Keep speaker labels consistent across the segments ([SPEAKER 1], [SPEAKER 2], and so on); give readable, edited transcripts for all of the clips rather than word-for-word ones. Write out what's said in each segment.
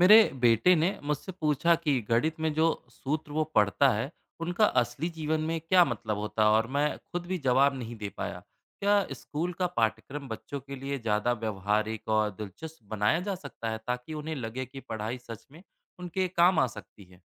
[SPEAKER 1] मेरे बेटे ने मुझसे पूछा कि गणित में जो सूत्र वो पढ़ता है उनका असली जीवन में क्या मतलब होता है। और मैं खुद भी जवाब नहीं दे पाया। क्या स्कूल का पाठ्यक्रम बच्चों के लिए ज़्यादा व्यवहारिक और दिलचस्प बनाया जा सकता है ताकि उन्हें लगे कि पढ़ाई सच में उनके काम आ सकती है।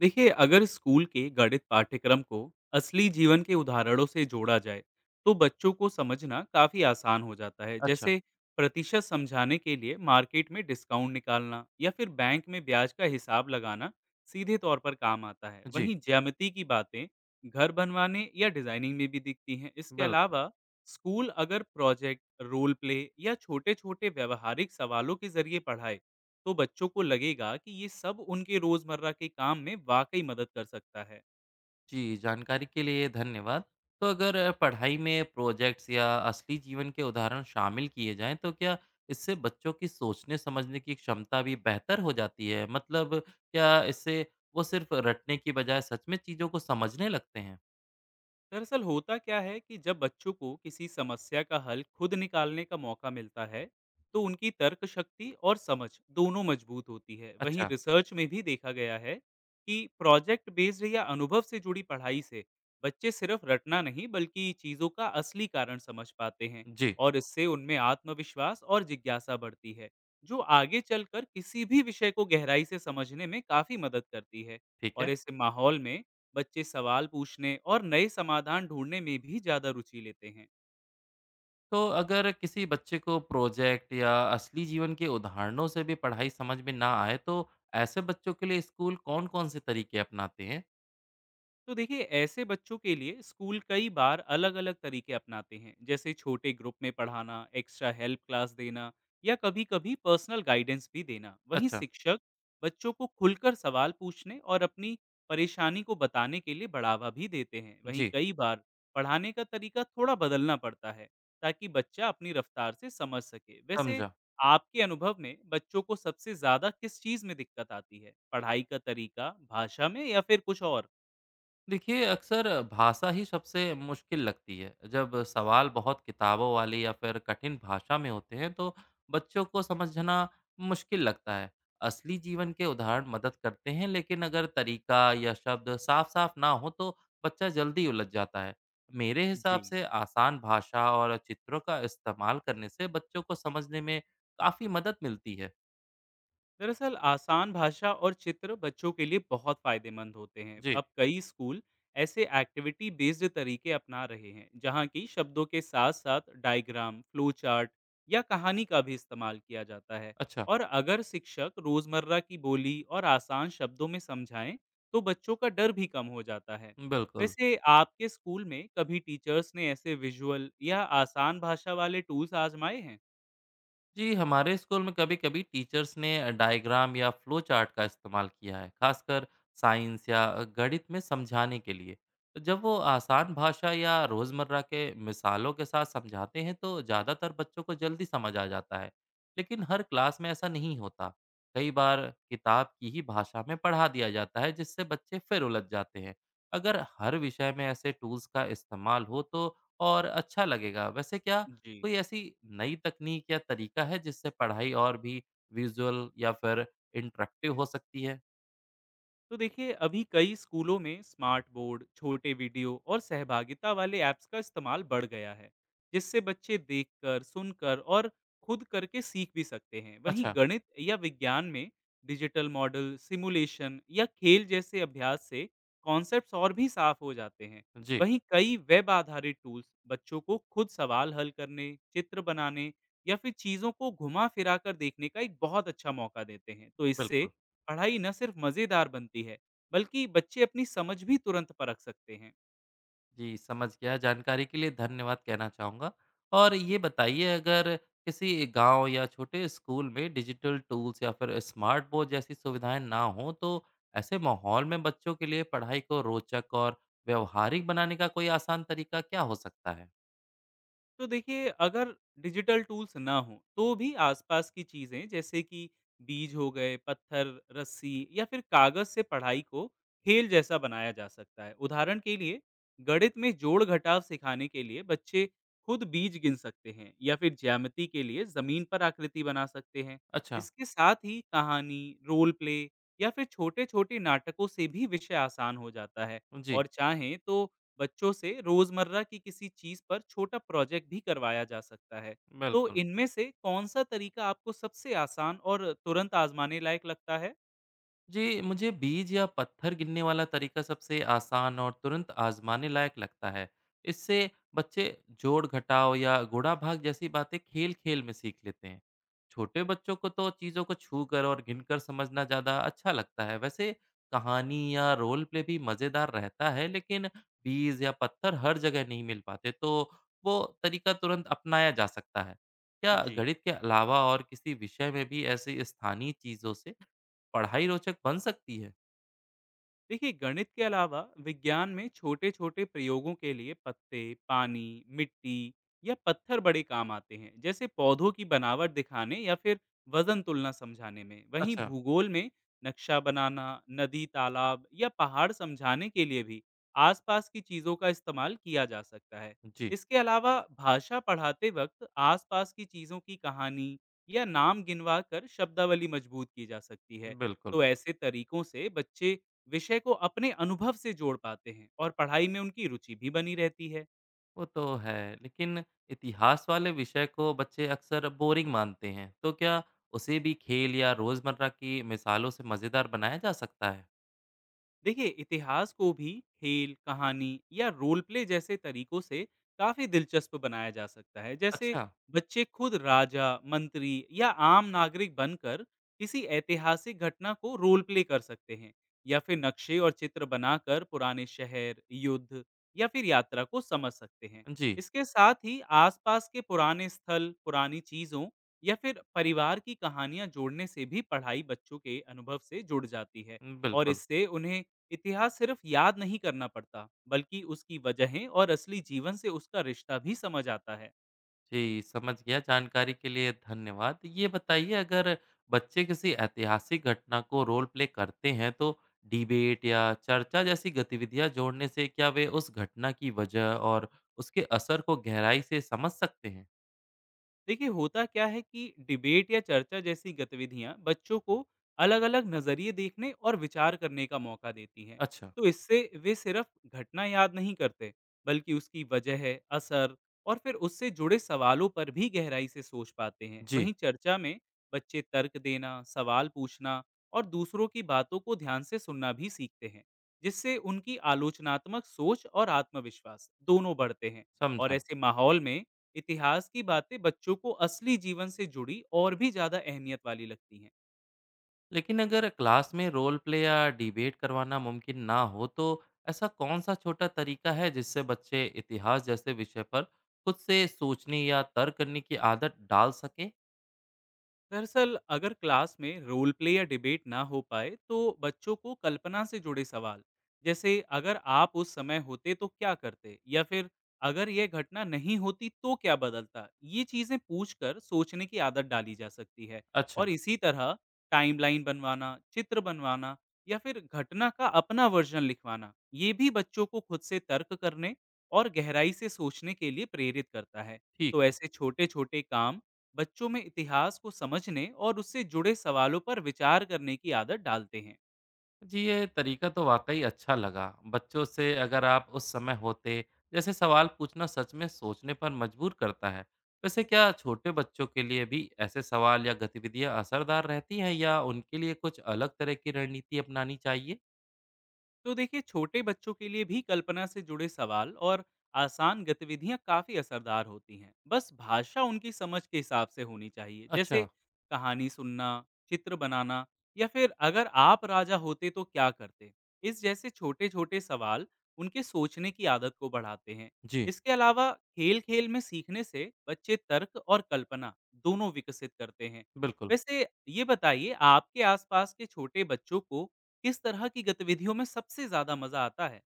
[SPEAKER 2] देखिए, अगर स्कूल के गणित पाठ्यक्रम को असली जीवन के उदाहरणों से जोड़ा जाए, तो बच्चों को समझना काफ़ी आसान हो जाता है।
[SPEAKER 1] अच्छा।
[SPEAKER 2] जैसे प्रतिशत समझाने के लिए मार्केट में डिस्काउंट निकालना या फिर बैंक में ब्याज का हिसाब लगाना सीधे तौर पर काम आता है।
[SPEAKER 1] जी।
[SPEAKER 2] वहीं ज्यामिति की बातें घर बनवाने या डिजाइनिंग में भी दिखती हैं। इसके
[SPEAKER 1] बिल्कुल।
[SPEAKER 2] अलावा स्कूल अगर प्रोजेक्ट, रोल प्ले या छोटे छोटे व्यवहारिक सवालों के जरिए पढ़ाए, तो बच्चों को लगेगा कि ये सब उनके रोजमर्रा के काम में वाकई मदद कर सकता है।
[SPEAKER 1] जी, जानकारी के लिए धन्यवाद। तो अगर पढ़ाई में प्रोजेक्ट्स या असली जीवन के उदाहरण शामिल किए जाएँ, तो क्या इससे बच्चों की सोचने-समझने की क्षमता भी बेहतर हो जाती है? मतलब, क्या इससे वो सिर्फ़ रटने की बजाय सच में चीज़ों को समझने लगते हैं?
[SPEAKER 2] दरअसल होता क्या है कि जब बच्चों को किसी समस्या का हल खुद निकालने का मौका मिलता है, तो उनकी तर्क शक्ति और समझ दोनों मजबूत होती है। वहीं
[SPEAKER 1] अच्छा।
[SPEAKER 2] रिसर्च में भी देखा गया है कि प्रोजेक्ट बेस्ड या अनुभव से जुड़ी पढ़ाई से बच्चे सिर्फ रटना नहीं बल्कि चीज़ों का असली कारण समझ पाते हैं।
[SPEAKER 1] जी।
[SPEAKER 2] और इससे उनमें आत्मविश्वास और जिज्ञासा बढ़ती है, जो आगे चलकर किसी भी विषय को गहराई से समझने में काफ़ी मदद करती है।
[SPEAKER 1] ठीक
[SPEAKER 2] और
[SPEAKER 1] है।
[SPEAKER 2] ऐसे माहौल में बच्चे सवाल पूछने और नए समाधान ढूंढने में भी ज़्यादा रुचि लेते हैं।
[SPEAKER 1] तो अगर किसी बच्चे को प्रोजेक्ट या असली जीवन के उदाहरणों से भी पढ़ाई समझ में ना आए, तो ऐसे बच्चों के लिए स्कूल कौन-कौन से तरीके अपनाते हैं?
[SPEAKER 2] तो देखिए, ऐसे बच्चों के लिए स्कूल कई बार अलग अलग तरीके अपनाते हैं। जैसे छोटे ग्रुप में पढ़ाना, एक्स्ट्रा हेल्प क्लास देना या कभी कभी पर्सनल गाइडेंस भी देना। वहीं
[SPEAKER 1] अच्छा।
[SPEAKER 2] शिक्षक बच्चों को खुलकर सवाल पूछने और अपनी परेशानी को बताने के लिए बढ़ावा भी देते हैं। वहीं
[SPEAKER 1] जी।
[SPEAKER 2] कई बार पढ़ाने का तरीका थोड़ा बदलना पड़ता है, ताकि बच्चा अपनी रफ्तार से समझ सके। वैसे
[SPEAKER 1] समझा।
[SPEAKER 2] आपके अनुभव में बच्चों को सबसे ज्यादा किस चीज में दिक्कत आती है? पढ़ाई का तरीका, भाषा में या फिर कुछ और?
[SPEAKER 1] देखिए, अक्सर भाषा ही सबसे मुश्किल लगती है। जब सवाल बहुत किताबों वाली या फिर कठिन भाषा में होते हैं तो बच्चों को समझना मुश्किल लगता है। असली जीवन के उदाहरण मदद करते हैं, लेकिन अगर तरीका या शब्द साफ साफ ना हो तो बच्चा जल्दी उलझ जाता है। मेरे
[SPEAKER 2] जी।
[SPEAKER 1] हिसाब से आसान भाषा और चित्रों का इस्तेमाल करने से बच्चों को समझने में काफ़ी मदद मिलती है।
[SPEAKER 2] दरअसल आसान भाषा और चित्र बच्चों के लिए बहुत फायदेमंद होते हैं। अब
[SPEAKER 1] जी।
[SPEAKER 2] कई स्कूल ऐसे एक्टिविटी बेस्ड तरीके अपना रहे हैं, जहाँ की शब्दों के साथ साथ डायग्राम, फ्लो चार्ट या कहानी का भी इस्तेमाल किया जाता है।
[SPEAKER 1] अच्छा।
[SPEAKER 2] और अगर शिक्षक रोजमर्रा की बोली और आसान शब्दों में समझाएं, तो बच्चों का डर भी कम हो जाता है।
[SPEAKER 1] बिल्कुल।
[SPEAKER 2] वैसे आपके स्कूल में कभी टीचर्स ने ऐसे विजुअल या आसान भाषा वाले टूल्स आजमाए हैं?
[SPEAKER 1] जी, हमारे स्कूल में कभी-कभी टीचर्स ने डायग्राम या फ्लो चार्ट का इस्तेमाल किया है, खासकर साइंस या गणित में समझाने के लिए। तो जब वो आसान भाषा या रोज़मर्रा के मिसालों के साथ समझाते हैं तो ज़्यादातर बच्चों को जल्दी समझ आ जाता है, लेकिन हर क्लास में ऐसा नहीं होता। कई बार किताब की ही भाषा में पढ़ा दिया जाता है, जिससे बच्चे फिर उलझ जाते हैं। अगर हर विषय में ऐसे टूल्स का इस्तेमाल हो तो और अच्छा लगेगा। वैसे, क्या
[SPEAKER 2] जी।
[SPEAKER 1] कोई ऐसी नई तकनीक या तरीका है जिससे पढ़ाई और भी विजुअल या फिर इंटरेक्टिव हो सकती है?
[SPEAKER 2] तो देखिए, अभी कई स्कूलों में स्मार्ट बोर्ड, छोटे वीडियो और सहभागिता वाले ऐप्स का इस्तेमाल बढ़ गया है, जिससे बच्चे देखकर, सुनकर और खुद करके सीख भी सकते हैं। वहीं
[SPEAKER 1] अच्छा।
[SPEAKER 2] गणित या विज्ञान में डिजिटल मॉडल, सिमुलेशन या खेल जैसे अभ्यास से कॉन्सेप्ट्स और भी साफ हो जाते हैं।
[SPEAKER 1] जी।
[SPEAKER 2] वहीं कई वेब आधारित टूल्स बच्चों को खुद सवाल हल करने, चित्र बनाने या फिर चीज़ों को घुमा फिरा कर देखने का एक बहुत अच्छा मौका देते हैं। तो इससे
[SPEAKER 1] बिल्कुल।
[SPEAKER 2] पढ़ाई न सिर्फ मज़ेदार बनती है, बल्कि बच्चे अपनी समझ भी तुरंत परख सकते हैं।
[SPEAKER 1] जी, समझ गया। जानकारी के लिए धन्यवाद कहना चाहूँगा। और ये बताइए, अगर किसी गांव या छोटे स्कूल में डिजिटल टूल्स या फिर स्मार्ट बोर्ड जैसी सुविधाएं ना हो तो ऐसे माहौल में बच्चों के लिए पढ़ाई को रोचक और व्यवहारिक बनाने का कोई आसान तरीका क्या हो सकता है?
[SPEAKER 2] तो देखिए, अगर डिजिटल टूल्स ना हो, तो भी आसपास की चीजें, जैसे कि बीज हो गए, पत्थर, रस्सी या फिर कागज से पढ़ाई को खेल जैसा बनाया जा सकता है। उदाहरण के लिए गणित में जोड़ घटाव सिखाने के लिए बच्चे खुद बीज गिन सकते हैं, या फिर ज्यामिति के लिए जमीन पर आकृति बना सकते हैं।
[SPEAKER 1] अच्छा।
[SPEAKER 2] इसके साथ ही कहानी, रोल प्ले या फिर छोटे छोटे नाटकों से भी विषय आसान हो जाता है।
[SPEAKER 1] जी।
[SPEAKER 2] और चाहें तो बच्चों से रोजमर्रा की किसी चीज पर छोटा प्रोजेक्ट भी करवाया जा सकता है। तो
[SPEAKER 1] बिल्कुल।
[SPEAKER 2] इनमें से कौन सा तरीका आपको सबसे आसान और तुरंत आजमाने लायक लगता है?
[SPEAKER 1] जी, मुझे बीज या पत्थर गिनने वाला तरीका सबसे आसान और तुरंत आजमाने लायक लगता है। इससे बच्चे जोड़ घटाव या गुणा भाग जैसी बातें खेल खेल में सीख लेते हैं। छोटे बच्चों को तो चीज़ों को छू कर और गिनकर समझना ज़्यादा अच्छा लगता है। वैसे, कहानी या रोल प्ले भी मज़ेदार रहता है, लेकिन बीज या पत्थर हर जगह नहीं मिल पाते, तो वो तरीका तुरंत अपनाया जा सकता है। क्या
[SPEAKER 2] जी।
[SPEAKER 1] गणित के अलावा और किसी विषय में भी ऐसी स्थानीय चीज़ों से पढ़ाई रोचक बन सकती है।
[SPEAKER 2] देखिए, गणित के अलावा विज्ञान में छोटे छोटे प्रयोगों के लिए पत्ते, पानी, मिट्टी या पत्थर बड़े काम आते हैं। जैसे पौधों की बनावट दिखाने या फिर वजन तुलना समझाने में। वहीं
[SPEAKER 1] अच्छा।
[SPEAKER 2] भूगोल में नक्शा बनाना, नदी, तालाब या पहाड़ समझाने के लिए भी आसपास की चीज़ों का इस्तेमाल किया जा सकता है।
[SPEAKER 1] जी,
[SPEAKER 2] इसके अलावा भाषा पढ़ाते वक्त आसपास की चीज़ों की कहानी या नाम गिनवा कर शब्दावली मजबूत की जा सकती है।
[SPEAKER 1] बिल्कुल,
[SPEAKER 2] तो ऐसे तरीकों से बच्चे विषय को अपने अनुभव से जोड़ पाते हैं और पढ़ाई में उनकी रुचि भी बनी रहती है।
[SPEAKER 1] वो तो है। लेकिन इतिहास वाले विषय को बच्चे अक्सर बोरिंग मानते हैं, तो क्या उसे भी खेल या रोज़मर्रा की मिसालों से मज़ेदार बनाया जा सकता है?
[SPEAKER 2] देखिए, इतिहास को भी खेल, कहानी या रोल प्ले जैसे तरीकों से काफी दिलचस्प बनाया जा सकता है। जैसे
[SPEAKER 1] अच्छा,
[SPEAKER 2] बच्चे खुद राजा, मंत्री या आम नागरिक बनकर किसी ऐतिहासिक घटना को रोल प्ले कर सकते हैं, या फिर नक्शे और चित्र बनाकर पुराने शहर, युद्ध या फिर यात्रा को समझ सकते हैं।
[SPEAKER 1] जी,
[SPEAKER 2] इसके साथ ही आसपास के पुराने स्थल, पुरानी चीजों या फिर परिवार की कहानियां जोड़ने से भी पढ़ाई बच्चों के अनुभव से जुड़ जाती है। और
[SPEAKER 1] बिल्कुल।
[SPEAKER 2] इससे उन्हें इतिहास सिर्फ याद नहीं करना पड़ता, बल्कि उसकी वजहें और असली जीवन से उसका रिश्ता भी समझ आता है।
[SPEAKER 1] जी, समझ गया। जानकारी के लिए धन्यवाद। ये बताइए, अगर बच्चे किसी ऐतिहासिक घटना को रोल प्ले करते हैं तो डिबेट या चर्चा जैसी गतिविधियां जोड़ने से क्या वे उस घटना की वजह और उसके असर को गहराई से समझ सकते हैं?
[SPEAKER 2] देखिए, होता क्या है कि डिबेट या चर्चा जैसी गतिविधियां बच्चों को अलग अलग नजरिए देखने और विचार करने का मौका देती हैं।
[SPEAKER 1] अच्छा,
[SPEAKER 2] तो इससे वे सिर्फ घटना याद नहीं करते, बल्कि उसकी वजह, असर और फिर उससे जुड़े सवालों पर भी गहराई से सोच पाते हैं।
[SPEAKER 1] जी,
[SPEAKER 2] वहीं चर्चा में बच्चे तर्क देना, सवाल पूछना और दूसरों की बातों को ध्यान से सुनना भी सीखते हैं, जिससे उनकी आलोचनात्मक सोच और आत्मविश्वास दोनों बढ़ते हैं। और
[SPEAKER 1] समझा।
[SPEAKER 2] ऐसे माहौल में इतिहास की बातें बच्चों को असली जीवन से जुड़ी और भी ज्यादा अहमियत वाली लगती हैं।
[SPEAKER 1] लेकिन अगर क्लास में रोल प्ले या डिबेट करवाना मुमकिन ना हो तो ऐसा कौन सा छोटा तरीका है जिससे बच्चे इतिहास जैसे विषय पर खुद से सोचने या तर्क करने की आदत डाल सकें?
[SPEAKER 2] दरअसल अगर क्लास में रोल प्ले या डिबेट ना हो पाए, तो बच्चों को कल्पना से जुड़े सवाल, जैसे अगर आप उस समय होते तो क्या करते, या फिर अगर यह घटना नहीं होती तो क्या बदलता, ये चीजें पूछकर सोचने की आदत डाली जा सकती है। और
[SPEAKER 1] अच्छा।
[SPEAKER 2] इसी तरह टाइमलाइन बनवाना, चित्र बनवाना या फिर घटना का अपना वर्जन लिखवाना, ये भी बच्चों को खुद से तर्क करने और गहराई से सोचने के लिए प्रेरित करता है।
[SPEAKER 1] ठीक
[SPEAKER 2] तो
[SPEAKER 1] है।
[SPEAKER 2] ऐसे छोटे छोटे काम बच्चों में इतिहास को समझने और उससे जुड़े सवालों पर विचार करने की आदत डालते हैं।
[SPEAKER 1] जी, ये तरीका तो वाक़ई अच्छा लगा। बच्चों से "अगर आप उस समय होते" जैसे सवाल पूछना सच में सोचने पर मजबूर करता है। वैसे, क्या छोटे बच्चों के लिए भी ऐसे सवाल या गतिविधियाँ असरदार रहती हैं, या उनके लिए कुछ अलग तरह की रणनीति अपनानी चाहिए?
[SPEAKER 2] तो देखिए, छोटे बच्चों के लिए भी कल्पना से जुड़े सवाल और आसान गतिविधियां काफी असरदार होती हैं। बस भाषा उनकी समझ के हिसाब से होनी चाहिए। जैसे
[SPEAKER 1] अच्छा,
[SPEAKER 2] कहानी सुनना, चित्र बनाना या फिर अगर आप राजा होते तो क्या करते, इस जैसे छोटे छोटे सवाल उनके सोचने की आदत को बढ़ाते हैं।
[SPEAKER 1] जी,
[SPEAKER 2] इसके अलावा खेल खेल में सीखने से बच्चे तर्क और कल्पना दोनों विकसित करते हैं।
[SPEAKER 1] बिल्कुल।
[SPEAKER 2] वैसे ये बताइए, आपके आसपास के छोटे बच्चों को किस तरह की गतिविधियों में सबसे ज्यादा मजा आता है?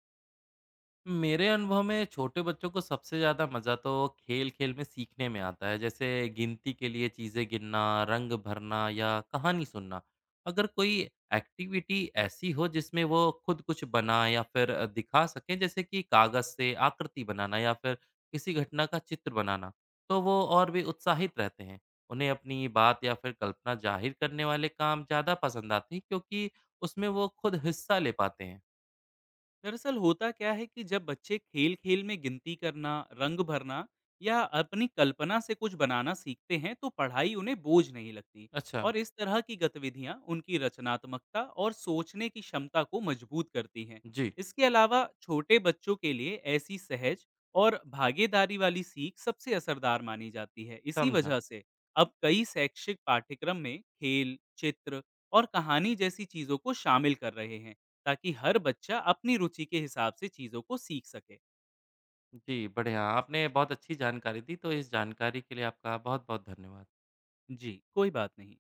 [SPEAKER 1] मेरे अनुभव में छोटे बच्चों को सबसे ज़्यादा मज़ा तो खेल-खेल में सीखने में आता है, जैसे गिनती के लिए चीज़ें गिनना, रंग भरना या कहानी सुनना। अगर कोई एक्टिविटी ऐसी हो जिसमें वो खुद कुछ बनाएँ या फिर दिखा सकें, जैसे कि कागज़ से आकृति बनाना या फिर किसी घटना का चित्र बनाना, तो वो और भी उत्साहित रहते हैं। उन्हें अपनी बात या फिर कल्पना ज़ाहिर करने वाले काम ज़्यादा पसंद आते हैं, क्योंकि उसमें वो खुद हिस्सा ले पाते हैं।
[SPEAKER 2] दरअसल होता क्या है कि जब बच्चे खेल खेल में गिनती करना, रंग भरना या अपनी कल्पना से कुछ बनाना सीखते हैं, तो पढ़ाई उन्हें बोझ नहीं लगती।
[SPEAKER 1] अच्छा,
[SPEAKER 2] और इस तरह की गतिविधियां उनकी रचनात्मकता और सोचने की क्षमता को मजबूत करती हैं।
[SPEAKER 1] जी,
[SPEAKER 2] इसके अलावा छोटे बच्चों के लिए ऐसी सहज और भागीदारी वाली सीख सबसे असरदार मानी जाती है। इसी
[SPEAKER 1] समझा।
[SPEAKER 2] वजह से अब कई शैक्षिक पाठ्यक्रम में खेल, चित्र और कहानी जैसी चीजों को शामिल कर रहे हैं, ताकि हर बच्चा अपनी रुचि के हिसाब से चीज़ों को सीख सके।
[SPEAKER 1] जी, बढ़िया। आपने बहुत अच्छी जानकारी दी, तो इस जानकारी के लिए आपका बहुत-बहुत धन्यवाद।
[SPEAKER 2] जी, कोई बात नहीं।